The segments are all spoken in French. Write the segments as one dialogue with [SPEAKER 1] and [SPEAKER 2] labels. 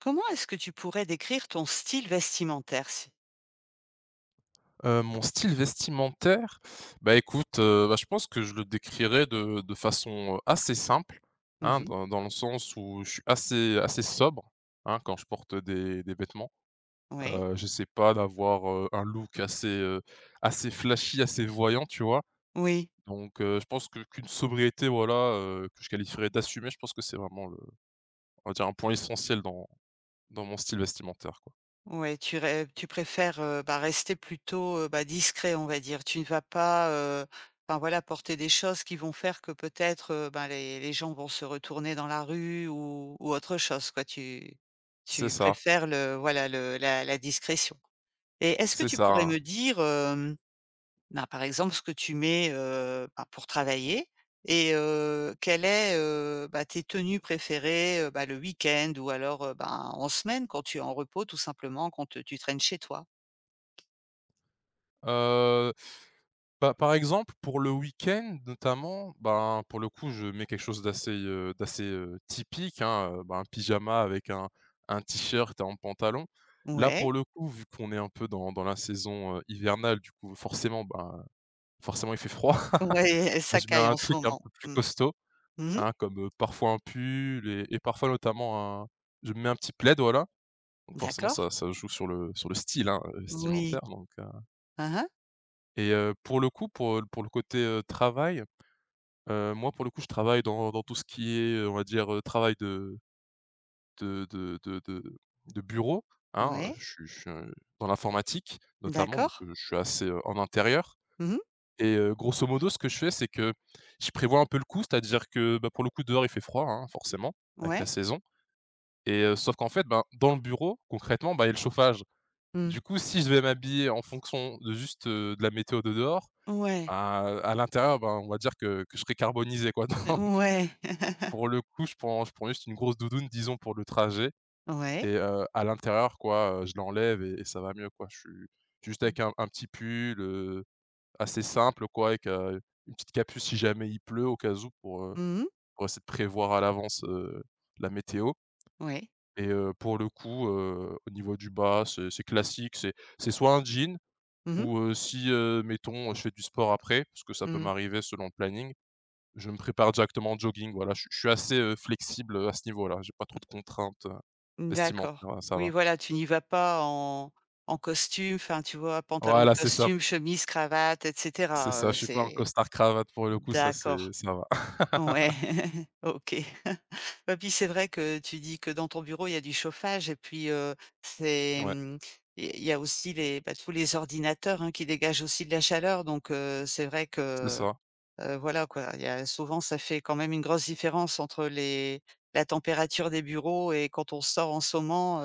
[SPEAKER 1] Comment est-ce que tu pourrais décrire ton style vestimentaire si...
[SPEAKER 2] Mon style vestimentaire? Bah, écoute, bah, je pense que je le décrirais de façon, assez simple,
[SPEAKER 1] Mmh
[SPEAKER 2] hein,
[SPEAKER 1] mh.
[SPEAKER 2] dans le sens où je suis assez assez sobre, hein, quand je porte des vêtements.
[SPEAKER 1] Oui.
[SPEAKER 2] J'essaie pas d'avoir, un look assez, assez flashy, assez voyant, tu vois?
[SPEAKER 1] Oui.
[SPEAKER 2] Donc je pense que qu'une sobriété, voilà, que je qualifierais d'assumer. Je pense que c'est vraiment le on va dire un point essentiel dans mon style vestimentaire, quoi.
[SPEAKER 1] Ouais, tu préfères, bah, rester plutôt, bah, discret, on va dire. Tu ne vas pas, enfin, voilà, porter des choses qui vont faire que peut-être, ben, les gens vont se retourner dans la rue ou autre chose, quoi. Tu
[SPEAKER 2] C'est
[SPEAKER 1] tu
[SPEAKER 2] ça,
[SPEAKER 1] préfères, le voilà, le la la discrétion. Et est-ce que
[SPEAKER 2] c'est
[SPEAKER 1] tu
[SPEAKER 2] ça,
[SPEAKER 1] pourrais
[SPEAKER 2] hein.
[SPEAKER 1] me dire, ben, par exemple, ce que tu mets, bah, pour travailler, et quelle est, bah, tes tenues préférées, bah, le week-end? Ou alors, ben, en semaine quand tu es en repos, tout simplement, quand tu traînes chez toi?
[SPEAKER 2] Heu Bah, par exemple, pour le week-end notamment, ben, pour le coup, je mets quelque chose d'assez, typique, hein, ben, un pyjama avec un t-shirt et un pantalon. Là, pour
[SPEAKER 1] Ouais,
[SPEAKER 2] le coup, vu qu'on est un peu dans la saison, hivernale, du coup, forcément, ben, forcément, il fait froid.
[SPEAKER 1] ouais, ça
[SPEAKER 2] Je mets
[SPEAKER 1] caille
[SPEAKER 2] un
[SPEAKER 1] en ce
[SPEAKER 2] truc un
[SPEAKER 1] moment.
[SPEAKER 2] peu plus
[SPEAKER 1] Mmh.
[SPEAKER 2] costaud,
[SPEAKER 1] Mmh.
[SPEAKER 2] hein, comme, parfois un pull et parfois notamment un je me mets un petit plaid, voilà. Donc forcément,
[SPEAKER 1] D'accord.
[SPEAKER 2] ça joue sur le style, hein,
[SPEAKER 1] Oui.
[SPEAKER 2] vestimentaire donc
[SPEAKER 1] Hein, hein.
[SPEAKER 2] et pour le coup, pour le côté, travail. Moi, pour le coup, je travaille dans tout ce qui est, on va dire, travail de de de de de bureau, hein,
[SPEAKER 1] Ouais.
[SPEAKER 2] je suis dans l'informatique notamment, donc
[SPEAKER 1] D'accord.
[SPEAKER 2] je suis assez, en intérieur
[SPEAKER 1] Mmh.
[SPEAKER 2] et grosso modo, ce que je fais, c'est que je prévois un peu le coup, c'est-à-dire que, bah, pour le coup, dehors, il fait froid, hein, forcément, avec la
[SPEAKER 1] Ouais.
[SPEAKER 2] saison et sauf qu'en fait, ben, dans le bureau, concrètement, bah, il y a le chauffage.
[SPEAKER 1] Mmh.
[SPEAKER 2] Du coup, si je vais m'habiller en fonction de juste, de la météo de dehors,
[SPEAKER 1] Ouais.
[SPEAKER 2] bah, à l'intérieur, ben, on va dire que je serai carbonisé, quoi, donc.
[SPEAKER 1] Ouais.
[SPEAKER 2] Pour le coup, je prends juste une grosse doudoune, disons, pour le trajet
[SPEAKER 1] Ouais.
[SPEAKER 2] et à l'intérieur, quoi, je l'enlève et ça va mieux, quoi. Je suis juste avec un petit pull, assez simple, quoi, avec, une petite capuce si jamais il pleut au cas où
[SPEAKER 1] Mmh.
[SPEAKER 2] pour essayer de prévoir à l'avance, la météo
[SPEAKER 1] Ouais.
[SPEAKER 2] et pour le coup, au niveau du bas, c'est classique, c'est soit un jean
[SPEAKER 1] Mmh mh.
[SPEAKER 2] ou, si, mettons, je fais du sport après, parce que ça peut
[SPEAKER 1] Mmh.
[SPEAKER 2] m'arriver selon le planning, je me prépare directement en jogging, voilà, je suis assez, flexible, à ce niveau-là. J'ai pas trop de contraintes,
[SPEAKER 1] D'accord.
[SPEAKER 2] vestimentaires, ouais, ça
[SPEAKER 1] Oui,
[SPEAKER 2] va.
[SPEAKER 1] voilà, tu n'y vas pas en costume, enfin, tu vois, pantalon de
[SPEAKER 2] Voilà,
[SPEAKER 1] costume, chemise, cravate, et
[SPEAKER 2] c'est
[SPEAKER 1] cetera,
[SPEAKER 2] ça, je suis pas un
[SPEAKER 1] c'est.
[SPEAKER 2] costard cravate pour le coup, ça c'est
[SPEAKER 1] D'accord.
[SPEAKER 2] ça va.
[SPEAKER 1] Ouais, OK. Et puis, c'est vrai que tu dis que dans ton bureau, il y a du chauffage. Et puis, c'est,
[SPEAKER 2] Ouais,
[SPEAKER 1] il y a aussi bah, tous les ordinateurs, hein, qui dégagent aussi de la chaleur. Donc c'est vrai
[SPEAKER 2] c'est
[SPEAKER 1] que,
[SPEAKER 2] ça,
[SPEAKER 1] voilà, quoi, il y a souvent, ça fait quand même une grosse différence entre les la température des bureaux et quand on sort en ce moment.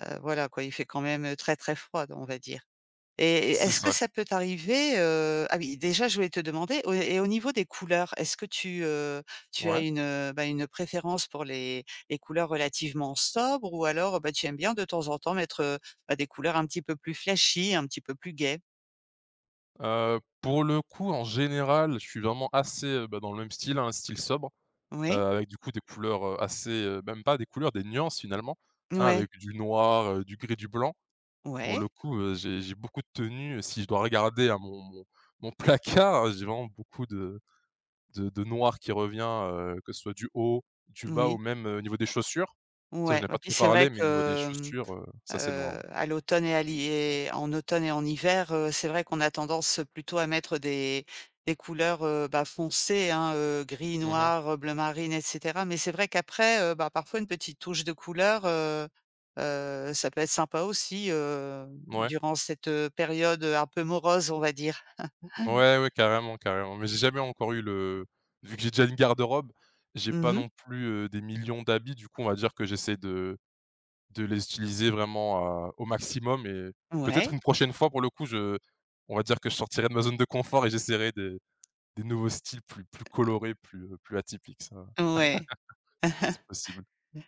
[SPEAKER 1] Voilà quoi, il fait quand même très, très froid, on va dire. Et
[SPEAKER 2] c'est
[SPEAKER 1] est-ce que
[SPEAKER 2] ça.
[SPEAKER 1] ça peut t'arriver, ah oui, déjà je voulais te demander au et au niveau des couleurs, est-ce que tu, tu as
[SPEAKER 2] Ouais.
[SPEAKER 1] bah, une préférence pour les couleurs relativement sobres, ou alors, bah, tu aimes bien de temps en temps mettre, bah, des couleurs un petit peu plus flashy, un petit peu plus gaies?
[SPEAKER 2] Pour le coup, en général, je suis vraiment assez, bah, dans le même style, hein, un style sobre,
[SPEAKER 1] Oui,
[SPEAKER 2] avec du coup des couleurs, assez, même pas des couleurs, des nuances finalement, hein,
[SPEAKER 1] ouais,
[SPEAKER 2] avec du noir, du gris, du blanc. Pour
[SPEAKER 1] ouais,
[SPEAKER 2] le coup, j'ai beaucoup de tenues, si je dois regarder à mon placard, hein, j'ai vraiment beaucoup de noir qui revient, que ce soit du haut, du bas ou
[SPEAKER 1] oui,
[SPEAKER 2] même, au niveau des chaussures. Ça, je
[SPEAKER 1] ouais,
[SPEAKER 2] n'ai pas
[SPEAKER 1] bah, puis
[SPEAKER 2] trop
[SPEAKER 1] c'est
[SPEAKER 2] parlé,
[SPEAKER 1] vrai
[SPEAKER 2] mais au niveau des
[SPEAKER 1] que...
[SPEAKER 2] chaussures, ça c'est noir.
[SPEAKER 1] À l'automne et à l'hi et en automne et en hiver, c'est vrai qu'on a tendance plutôt à mettre des couleurs, bah, foncées, hein, gris,
[SPEAKER 2] Mmh.
[SPEAKER 1] noir, bleu marine, et cetera. Mais c'est vrai qu'après, bah, parfois une petite touche de couleur, ça peut être sympa aussi,
[SPEAKER 2] Ouais.
[SPEAKER 1] durant cette, période un peu morose, on va dire.
[SPEAKER 2] Ouais, ouais, carrément, carrément. Mais j'ai jamais encore eu le vu que j'ai déjà une garde-robe, j'ai pas
[SPEAKER 1] Mmh.
[SPEAKER 2] non plus, des millions d'habits. Du coup, on va dire que j'essaie de les utiliser vraiment, au maximum et peut-être
[SPEAKER 1] Ouais,
[SPEAKER 2] une prochaine fois, pour le coup, je on va dire que je sortirai de ma zone de confort et j'essaierai des nouveaux styles plus colorés, plus, plus atypiques. Ça,
[SPEAKER 1] ouais.
[SPEAKER 2] c'est possible.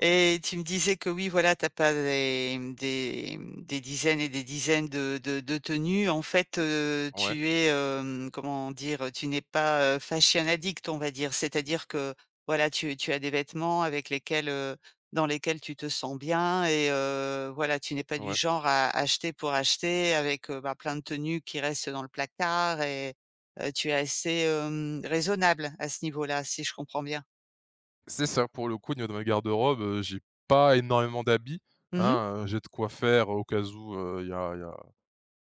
[SPEAKER 1] Et tu me disais que oui, voilà, t'as pas des dizaines et des dizaines de tenues. En fait,
[SPEAKER 2] Ouais,
[SPEAKER 1] tu es, comment dire? Tu n'es pas, fashion addict, on va dire. C'est-à-dire que, voilà, tu as des vêtements avec lesquels, dans lesquels tu te sens bien. Et voilà, tu n'es pas du
[SPEAKER 2] ouais.
[SPEAKER 1] genre à acheter pour acheter, avec bah, plein de tenues qui restent dans le placard. Et tu es assez, raisonnable à ce niveau-là, si je comprends bien.
[SPEAKER 2] C'est ça, pour le coup, au niveau de ma garde-robe, j'ai pas énormément d'habits,
[SPEAKER 1] Mmh.
[SPEAKER 2] hein, j'ai de quoi faire au cas où, il y a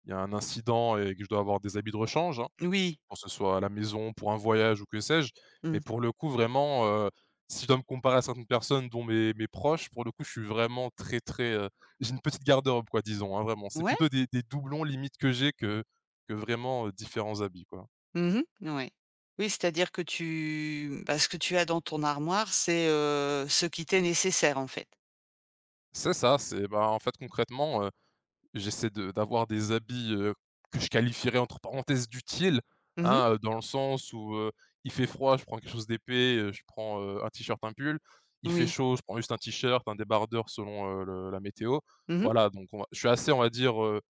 [SPEAKER 2] un incident et que je dois avoir des habits de rechange, hein,
[SPEAKER 1] Oui.
[SPEAKER 2] pour que ce soit à la maison, pour un voyage ou que sais-je. Mais
[SPEAKER 1] Mmh.
[SPEAKER 2] pour le coup, vraiment, si je dois me comparer à certaines personnes, dont mes proches, pour le coup, je suis vraiment très, très, j'ai une petite garde-robe quoi, disons, hein, vraiment. C'est
[SPEAKER 1] Ouais.
[SPEAKER 2] plutôt des doublons limite que j'ai que vraiment, différents habits, quoi.
[SPEAKER 1] Mmh mh. Ouais. Oui, c'est-à-dire que tu bah, ce que tu as dans ton armoire, c'est, ce qui t'est nécessaire, en fait?
[SPEAKER 2] C'est ça, c'est, bah, en fait, concrètement, j'essaie de d'avoir des habits, que je qualifierais entre parenthèses «d'utiles»,
[SPEAKER 1] Mmh mh.
[SPEAKER 2] hein, dans le sens où, il fait froid, je prends quelque chose d'épais, je prends, un t-shirt, un pull. Il fait
[SPEAKER 1] Oui.
[SPEAKER 2] chaud, je prends juste un t-shirt, un débardeur selon, le la météo.
[SPEAKER 1] Mmh mh.
[SPEAKER 2] Voilà, donc on va je suis assez, on va dire, heu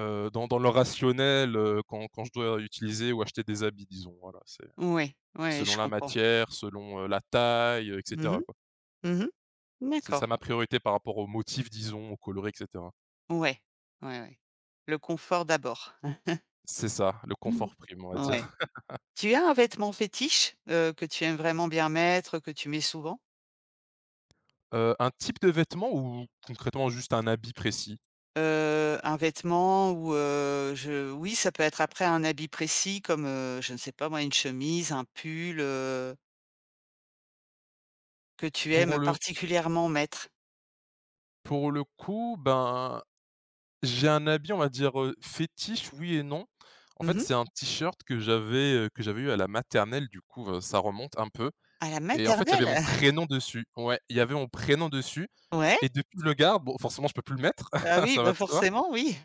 [SPEAKER 2] heu, dans le rationnel, quand je dois utiliser ou acheter des habits, disons, voilà. C'est
[SPEAKER 1] Ouais, ouais,
[SPEAKER 2] selon
[SPEAKER 1] je
[SPEAKER 2] la
[SPEAKER 1] comprends.
[SPEAKER 2] matière, selon, la taille, et
[SPEAKER 1] Mmh
[SPEAKER 2] cetera,
[SPEAKER 1] mh.
[SPEAKER 2] quoi.
[SPEAKER 1] Mmh mh.
[SPEAKER 2] C'est ça
[SPEAKER 1] D'accord.
[SPEAKER 2] ma priorité par rapport au motif, disons, au coloris, et cetera.
[SPEAKER 1] Ouais. Ouais, ouais. Le confort d'abord.
[SPEAKER 2] C'est ça, le confort prime, on va
[SPEAKER 1] Ouais.
[SPEAKER 2] dire.
[SPEAKER 1] Tu as un vêtement fétiche, que tu aimes vraiment bien mettre, que tu mets souvent?
[SPEAKER 2] Un type de vêtement ou concrètement juste un habit précis?
[SPEAKER 1] Un vêtement ou, je oui, ça peut être après un habit précis comme, je ne sais pas moi, une chemise, un pull, que tu
[SPEAKER 2] Pour
[SPEAKER 1] aimes
[SPEAKER 2] le
[SPEAKER 1] particulièrement mettre?
[SPEAKER 2] Pour le coup, ben, j'ai un habit, on va dire, fétiche, oui et non. En
[SPEAKER 1] Mmh
[SPEAKER 2] fait,
[SPEAKER 1] mh.
[SPEAKER 2] c'est un t-shirt que j'avais eu à la maternelle, du coup, ça remonte un peu
[SPEAKER 1] À la
[SPEAKER 2] et en fait, il y avait
[SPEAKER 1] maternelle?
[SPEAKER 2] mon prénom dessus. Ouais, il y avait mon prénom dessus
[SPEAKER 1] Ouais,
[SPEAKER 2] et depuis, je le garde. Bon, forcément, je peux plus le mettre,
[SPEAKER 1] ah oui,
[SPEAKER 2] ça va
[SPEAKER 1] bah,
[SPEAKER 2] de soi.
[SPEAKER 1] forcément, oui.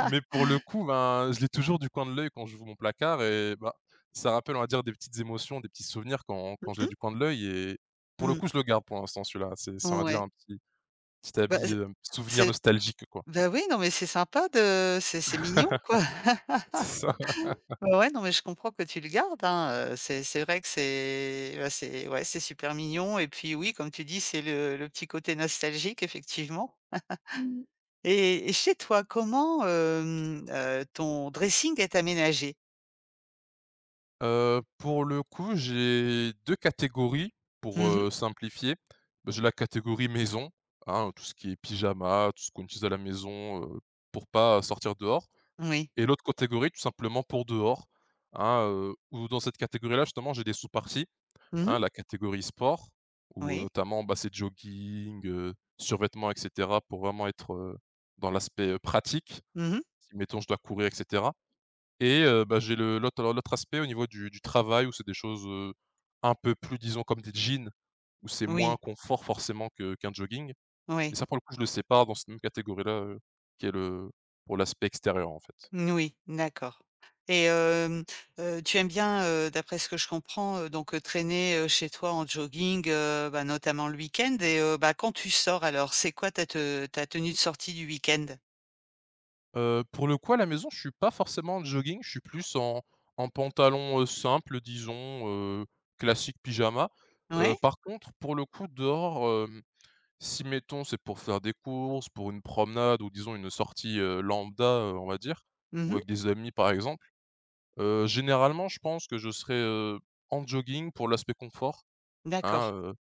[SPEAKER 2] Mais pour le coup, ben, je l'ai toujours du coin de l'œil quand j'ouvre mon placard et bah, ça rappelle, on va dire, des petites émotions, des petits souvenirs quand je l'ai du coin de l'œil et pour le
[SPEAKER 1] Mmh mh.
[SPEAKER 2] coup, je le garde pour l'instant celui-là. C'est, on va dire,
[SPEAKER 1] Ouais,
[SPEAKER 2] un petit
[SPEAKER 1] bah,
[SPEAKER 2] habit,
[SPEAKER 1] c'est
[SPEAKER 2] souvenir
[SPEAKER 1] c'est
[SPEAKER 2] nostalgique, quoi.
[SPEAKER 1] oui, non, mais c'est sympa de c'est mignon, quoi.
[SPEAKER 2] C'est ça.
[SPEAKER 1] Ouais, ouais, non, mais je comprends que tu le gardes, hein. C'est vrai que c'est, bah, c'est ouais, c'est super mignon. Et puis, oui, comme tu dis, c'est le petit côté nostalgique, effectivement. Et chez toi, comment, ton dressing est aménagé?
[SPEAKER 2] Pour le coup, j'ai 2 catégories
[SPEAKER 1] Mmh
[SPEAKER 2] pour,
[SPEAKER 1] mh.
[SPEAKER 2] simplifier. Bah, j'ai la catégorie maison, hein, tout ce qui est pyjama, tout ce qu'on utilise à la maison, pour pas sortir dehors.
[SPEAKER 1] Oui.
[SPEAKER 2] Et l'autre catégorie, tout simplement pour dehors, hein, où dans cette catégorie-là, justement, j'ai des sous-parties,
[SPEAKER 1] Mmh mh.
[SPEAKER 2] hein, la catégorie sport, où,
[SPEAKER 1] Oui.
[SPEAKER 2] notamment, bah, c'est jogging, survêtement et cetera pour vraiment être, dans l'aspect, pratique,
[SPEAKER 1] Mmh mh.
[SPEAKER 2] si mettons je dois courir et cetera et bah, j'ai le l'autre alors l'autre aspect au niveau du travail où c'est des choses, un peu plus, disons, comme des jeans, où c'est moins
[SPEAKER 1] Oui.
[SPEAKER 2] confort forcément que qu'un jogging. Et
[SPEAKER 1] Oui,
[SPEAKER 2] ça, pour le coup, je le sépare dans cette même catégorie-là, qui est le pour l'aspect extérieur, en fait.
[SPEAKER 1] oui, d'accord. Et tu aimes bien, d'après ce que je comprends, donc traîner, chez toi en jogging, bah, notamment le week-end. Et bah, quand tu sors alors, c'est quoi ta tenue de sortie du week-end?
[SPEAKER 2] Pour le coup, à la maison, je suis pas forcément en jogging, je suis plus en pantalon, simple, disons, heu, classique pyjama.
[SPEAKER 1] Ouais?
[SPEAKER 2] Par contre, pour le coup, dehors, si mettons, c'est pour faire des courses, pour une promenade ou disons une sortie, lambda, on va dire, ou
[SPEAKER 1] Mmh.
[SPEAKER 2] avec des amis par exemple, généralement je pense que je serais, en jogging pour l'aspect confort,
[SPEAKER 1] D'accord.
[SPEAKER 2] hein,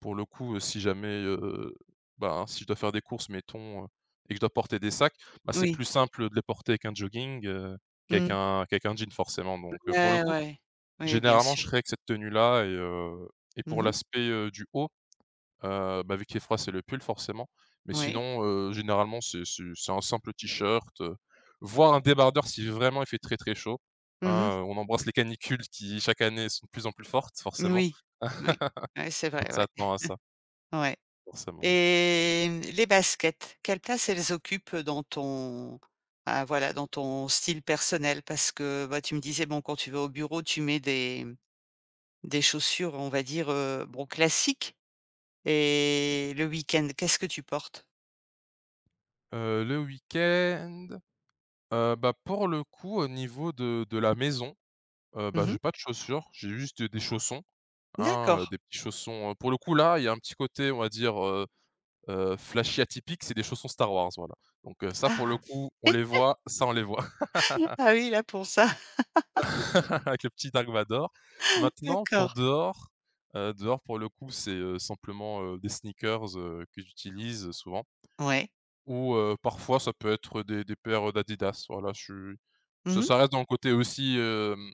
[SPEAKER 2] pour le coup, si jamais, ben, si je dois faire des courses mettons, et que je dois porter des sacs, bah, c'est
[SPEAKER 1] Oui.
[SPEAKER 2] plus simple de les porter avec un jogging, qu'avec
[SPEAKER 1] Mmh.
[SPEAKER 2] un qu'avec un jean forcément donc, pour le
[SPEAKER 1] Ouais,
[SPEAKER 2] coup,
[SPEAKER 1] ouais. Oui, bien
[SPEAKER 2] généralement je
[SPEAKER 1] sûr.
[SPEAKER 2] serais avec cette tenue-là et et pour
[SPEAKER 1] Mmh.
[SPEAKER 2] l'aspect, du haut, bah, vu qu'il est froid, c'est le pull forcément, mais
[SPEAKER 1] Oui.
[SPEAKER 2] sinon, généralement, c'est un simple t-shirt, voire un débardeur si vraiment il fait très, très chaud,
[SPEAKER 1] Mmh.
[SPEAKER 2] hein, on embrasse les canicules qui, chaque année, sont de plus en plus fortes forcément,
[SPEAKER 1] Oui. Oui. Ouais, c'est
[SPEAKER 2] donc
[SPEAKER 1] vrai,
[SPEAKER 2] ça
[SPEAKER 1] ouais.
[SPEAKER 2] tend à ça,
[SPEAKER 1] Ouais.
[SPEAKER 2] forcément, ouais.
[SPEAKER 1] Et les baskets, quelle place elles occupent dans ton ah voilà, dans ton style personnel? Parce que, bah, tu me disais, bon, quand tu vas au bureau, tu mets des chaussures, on va dire, bon, classiques. Et le week-end, qu'est-ce que tu portes?
[SPEAKER 2] Le week-end, bah, pour le coup, au niveau de la maison, bah,
[SPEAKER 1] Mmh.
[SPEAKER 2] j'ai pas de chaussures, j'ai juste des chaussons, hein,
[SPEAKER 1] D'accord.
[SPEAKER 2] des petits chaussons, pour le coup, là, il y a un petit côté, on va dire, flashy, atypiques, c'est des chaussons Star Wars, voilà. Donc ça pour le
[SPEAKER 1] Ah!
[SPEAKER 2] coup, on les voit, ça on les voit
[SPEAKER 1] Ah oui, là, pour ça,
[SPEAKER 2] avec le petit Dark Vador. Maintenant pour
[SPEAKER 1] d'accord.
[SPEAKER 2] dehors, dehors pour le coup, c'est, simplement, des sneakers, que j'utilise, souvent
[SPEAKER 1] Ouais.
[SPEAKER 2] ou parfois ça peut être des paires, d'Adidas. Voilà, je suis ça
[SPEAKER 1] Mmh.
[SPEAKER 2] ça reste dans le côté aussi,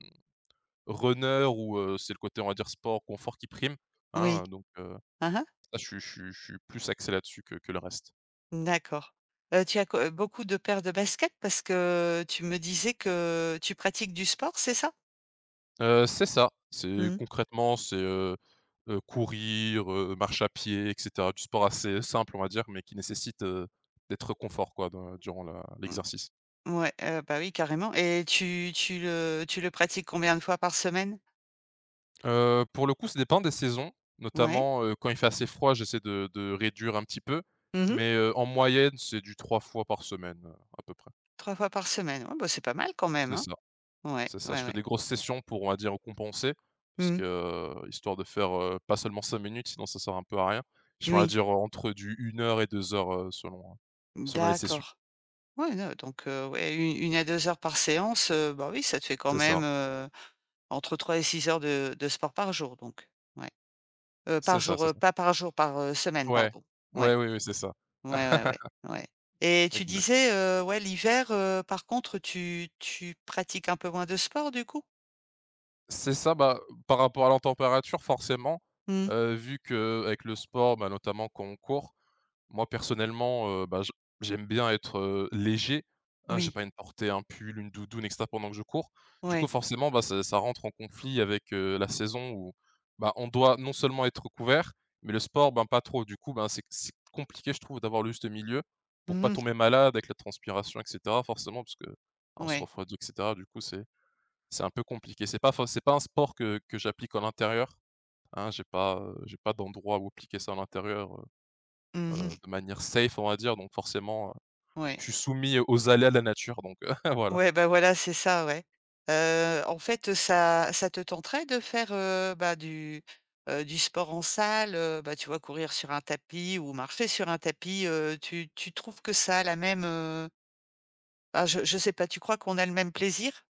[SPEAKER 2] runner ou c'est le côté, on va dire, sport, confort qui prime,
[SPEAKER 1] Oui.
[SPEAKER 2] hein, donc
[SPEAKER 1] Hein, hein.
[SPEAKER 2] ça je suis plus axé là-dessus que le reste.
[SPEAKER 1] D'accord. Tu as co beaucoup de paires de baskets, parce que tu me disais que tu pratiques du sport, c'est ça?
[SPEAKER 2] C'est ça. C'est
[SPEAKER 1] Mmh.
[SPEAKER 2] concrètement, c'est, courir, marche à pied et cetera. Du sport assez simple, on va dire, mais qui nécessite, d'être confort quoi, dans durant la l'exercice.
[SPEAKER 1] Ouais, bah, oui, carrément. Et tu le pratiques combien de fois par semaine?
[SPEAKER 2] Pour le coup, ça dépend des saisons,
[SPEAKER 1] Ouais.
[SPEAKER 2] notamment, quand il fait assez froid, j'essaie de réduire un petit peu,
[SPEAKER 1] Mmh mh.
[SPEAKER 2] mais, en moyenne, c'est du 3 fois par semaine, à peu près.
[SPEAKER 1] Fois par semaine. Ouais, bah, c'est pas mal quand même,
[SPEAKER 2] C'est
[SPEAKER 1] hein?
[SPEAKER 2] ça.
[SPEAKER 1] Ouais,
[SPEAKER 2] C'est ça,
[SPEAKER 1] ouais,
[SPEAKER 2] je fais
[SPEAKER 1] ouais.
[SPEAKER 2] des grosses sessions pour, on va dire, compenser parce
[SPEAKER 1] Mmh,
[SPEAKER 2] que, histoire de faire, pas seulement 5 minutes, sinon ça sert un peu à rien. Je fais, on va
[SPEAKER 1] oui.
[SPEAKER 2] dire, entre du 1 heure et 2 heures, selon les sessions.
[SPEAKER 1] D'accord. Ouais, non, donc ouais, une 1 à 2 heures par séance, bah, oui, ça te fait quand
[SPEAKER 2] C'est
[SPEAKER 1] même,
[SPEAKER 2] ça,
[SPEAKER 1] entre 3 et 6 heures de sport par jour donc. Ouais.
[SPEAKER 2] c'est
[SPEAKER 1] Par
[SPEAKER 2] ça,
[SPEAKER 1] jour,
[SPEAKER 2] c'est ça.
[SPEAKER 1] pas par jour, par, semaine,
[SPEAKER 2] Ouais.
[SPEAKER 1] pardon.
[SPEAKER 2] Ouais,
[SPEAKER 1] Ouais.
[SPEAKER 2] oui, oui, c'est ça.
[SPEAKER 1] Ouais, ouais, ouais, ouais. Et tu
[SPEAKER 2] Exact.
[SPEAKER 1] disais, ouais, l'hiver, par contre, tu pratiques un peu moins de sport, du coup?
[SPEAKER 2] C'est ça, bah, par rapport à la température forcément,
[SPEAKER 1] Mmh.
[SPEAKER 2] vu que avec le sport, bah, notamment quand on court. Moi personnellement, bah, je j'aime bien être, léger, hein, j'ai
[SPEAKER 1] Oui,
[SPEAKER 2] pas une porter un pull, une doudoune et cetera pendant que je cours. Du coup,
[SPEAKER 1] ouais.
[SPEAKER 2] forcément, bah, ça rentre en conflit avec, la saison où, bah, on doit non seulement être couvert, mais le sport, ben, pas trop. Du coup, ben, c'est compliqué, je trouve, d'avoir le juste milieu pour pas
[SPEAKER 1] Mmh.
[SPEAKER 2] tomber malade avec la transpiration et cetera, forcément, parce que ben, on se
[SPEAKER 1] Ouais.
[SPEAKER 2] refroidit et cetera. Du coup, c'est un peu compliqué. C'est pas un sport que j'applique en intérieur, hein, j'ai pas d'endroit où appliquer ça à l'intérieur.
[SPEAKER 1] Mmh.
[SPEAKER 2] De manière safe, on va dire, donc forcément, je
[SPEAKER 1] Ouais.
[SPEAKER 2] suis soumis aux aléas de la nature, donc voilà.
[SPEAKER 1] Ouais, bah, voilà, c'est ça, ouais. En fait, ça te tenterait de faire, bah, du sport en salle, bah, tu vois, courir sur un tapis ou marcher sur un tapis, tu trouves que ça a la même, ah, je sais pas, tu crois qu'on a le même plaisir?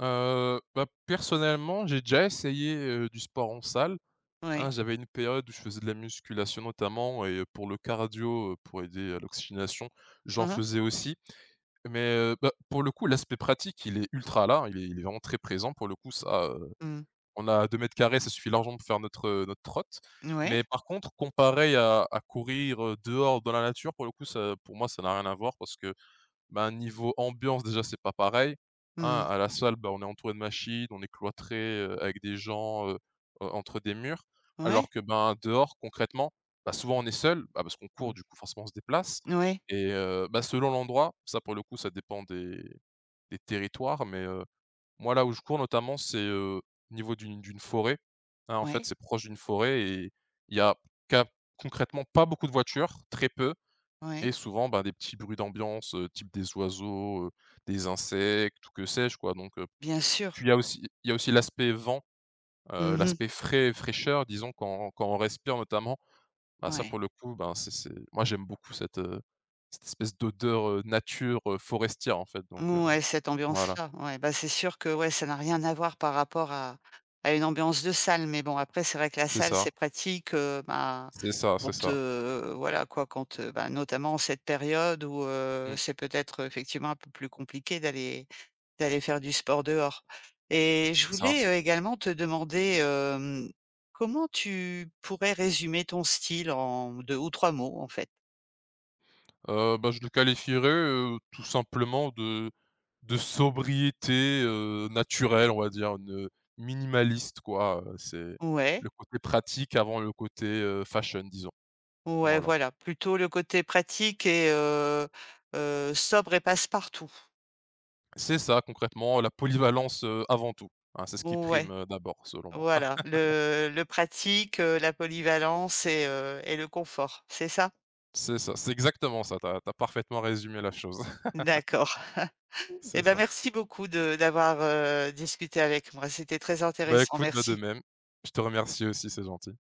[SPEAKER 2] Bah, personnellement, j'ai déjà essayé, du sport en salle, hein.
[SPEAKER 1] Ouais.
[SPEAKER 2] J'avais une période où je faisais de la musculation notamment et pour le cardio, pour aider à l'oxygénation, j'en
[SPEAKER 1] Mmh mh.
[SPEAKER 2] faisais aussi. Mais bah, pour le coup, l'aspect pratique, il est ultra là, hein. Il est vraiment très présent pour le coup, ça,
[SPEAKER 1] Mmh.
[SPEAKER 2] on a 2 mètres carrés, ça suffit largement pour faire notre, notre trotte.
[SPEAKER 1] Ouais.
[SPEAKER 2] Mais par contre, comparé à courir, dehors dans la nature, pour le coup, ça pour moi, ça n'a rien à voir parce que ben, niveau ambiance, déjà, c'est pas pareil,
[SPEAKER 1] Mmh.
[SPEAKER 2] hein. À la salle, bah, on est entouré de machines, on est cloîtré, avec des gens, entre des murs.
[SPEAKER 1] Ouais.
[SPEAKER 2] Alors que, ben, dehors, concrètement, bah, souvent, on est seul, bah, parce qu'on court,
[SPEAKER 1] Mmh.
[SPEAKER 2] du coup, forcément, on se déplace
[SPEAKER 1] Ouais.
[SPEAKER 2] et bah, selon l'endroit, ça, pour le coup, ça dépend des territoires, mais moi, là où je cours, notamment, c'est, au niveau d'une forêt, hein. En fait,
[SPEAKER 1] Ouais.
[SPEAKER 2] c'est proche d'une forêt et il y a ca concrètement pas beaucoup de voitures, très peu. Et
[SPEAKER 1] Ouais.
[SPEAKER 2] souvent, ben, des petits bruits d'ambiance, type des oiseaux, des insectes ou que sais-je quoi donc,
[SPEAKER 1] Bien
[SPEAKER 2] puis
[SPEAKER 1] sûr.
[SPEAKER 2] il y a aussi l'aspect vent,
[SPEAKER 1] Mmh.
[SPEAKER 2] l'aspect frais, fraîcheur disons quand on respire notamment, ben, ça
[SPEAKER 1] Ouais.
[SPEAKER 2] pour le coup, ben, c'est moi j'aime beaucoup cette, cette espèce d'odeur, nature, forestière en fait donc,
[SPEAKER 1] Ouais, cette
[SPEAKER 2] voilà.
[SPEAKER 1] ambiance-là, ouais, bah, c'est sûr que, ouais, ça n'a rien à voir par rapport à une ambiance de salle. Mais bon, après, c'est vrai que la
[SPEAKER 2] C'est
[SPEAKER 1] salle,
[SPEAKER 2] ça,
[SPEAKER 1] c'est pratique, bah,
[SPEAKER 2] c'est ça, c'est
[SPEAKER 1] quand,
[SPEAKER 2] ça.
[SPEAKER 1] voilà, quoi, quand, bah, notamment en cette période où,
[SPEAKER 2] Mmh,
[SPEAKER 1] c'est peut-être, effectivement un peu plus compliqué d'aller faire du sport dehors. Et je
[SPEAKER 2] c'est ça.
[SPEAKER 1] voulais, également te demander, comment tu pourrais résumer ton style en 2 ou 3 mots, en fait?
[SPEAKER 2] Bah, je le qualifierais, tout simplement de sobriété, naturelle, on va dire, une minimaliste quoi, c'est le
[SPEAKER 1] Ouais.
[SPEAKER 2] côté pratique avant le côté, fashion disons,
[SPEAKER 1] Ouais,
[SPEAKER 2] voilà.
[SPEAKER 1] voilà, plutôt le côté pratique et sobre et passe-partout.
[SPEAKER 2] C'est ça concrètement la polyvalence, avant tout, hein, c'est ce qui prime,
[SPEAKER 1] Ouais,
[SPEAKER 2] d'abord selon moi.
[SPEAKER 1] voilà, le pratique, la polyvalence et le confort, c'est ça?
[SPEAKER 2] C'est ça, c'est exactement ça, t'as as parfaitement résumé la chose.
[SPEAKER 1] D'accord.
[SPEAKER 2] C'est
[SPEAKER 1] Eh ben,
[SPEAKER 2] ça.
[SPEAKER 1] merci beaucoup de d'avoir, discuté avec moi. C'était très
[SPEAKER 2] Bah
[SPEAKER 1] intéressant,
[SPEAKER 2] écoute, bah de
[SPEAKER 1] merci.
[SPEAKER 2] même. Je te remercie aussi, c'est gentil.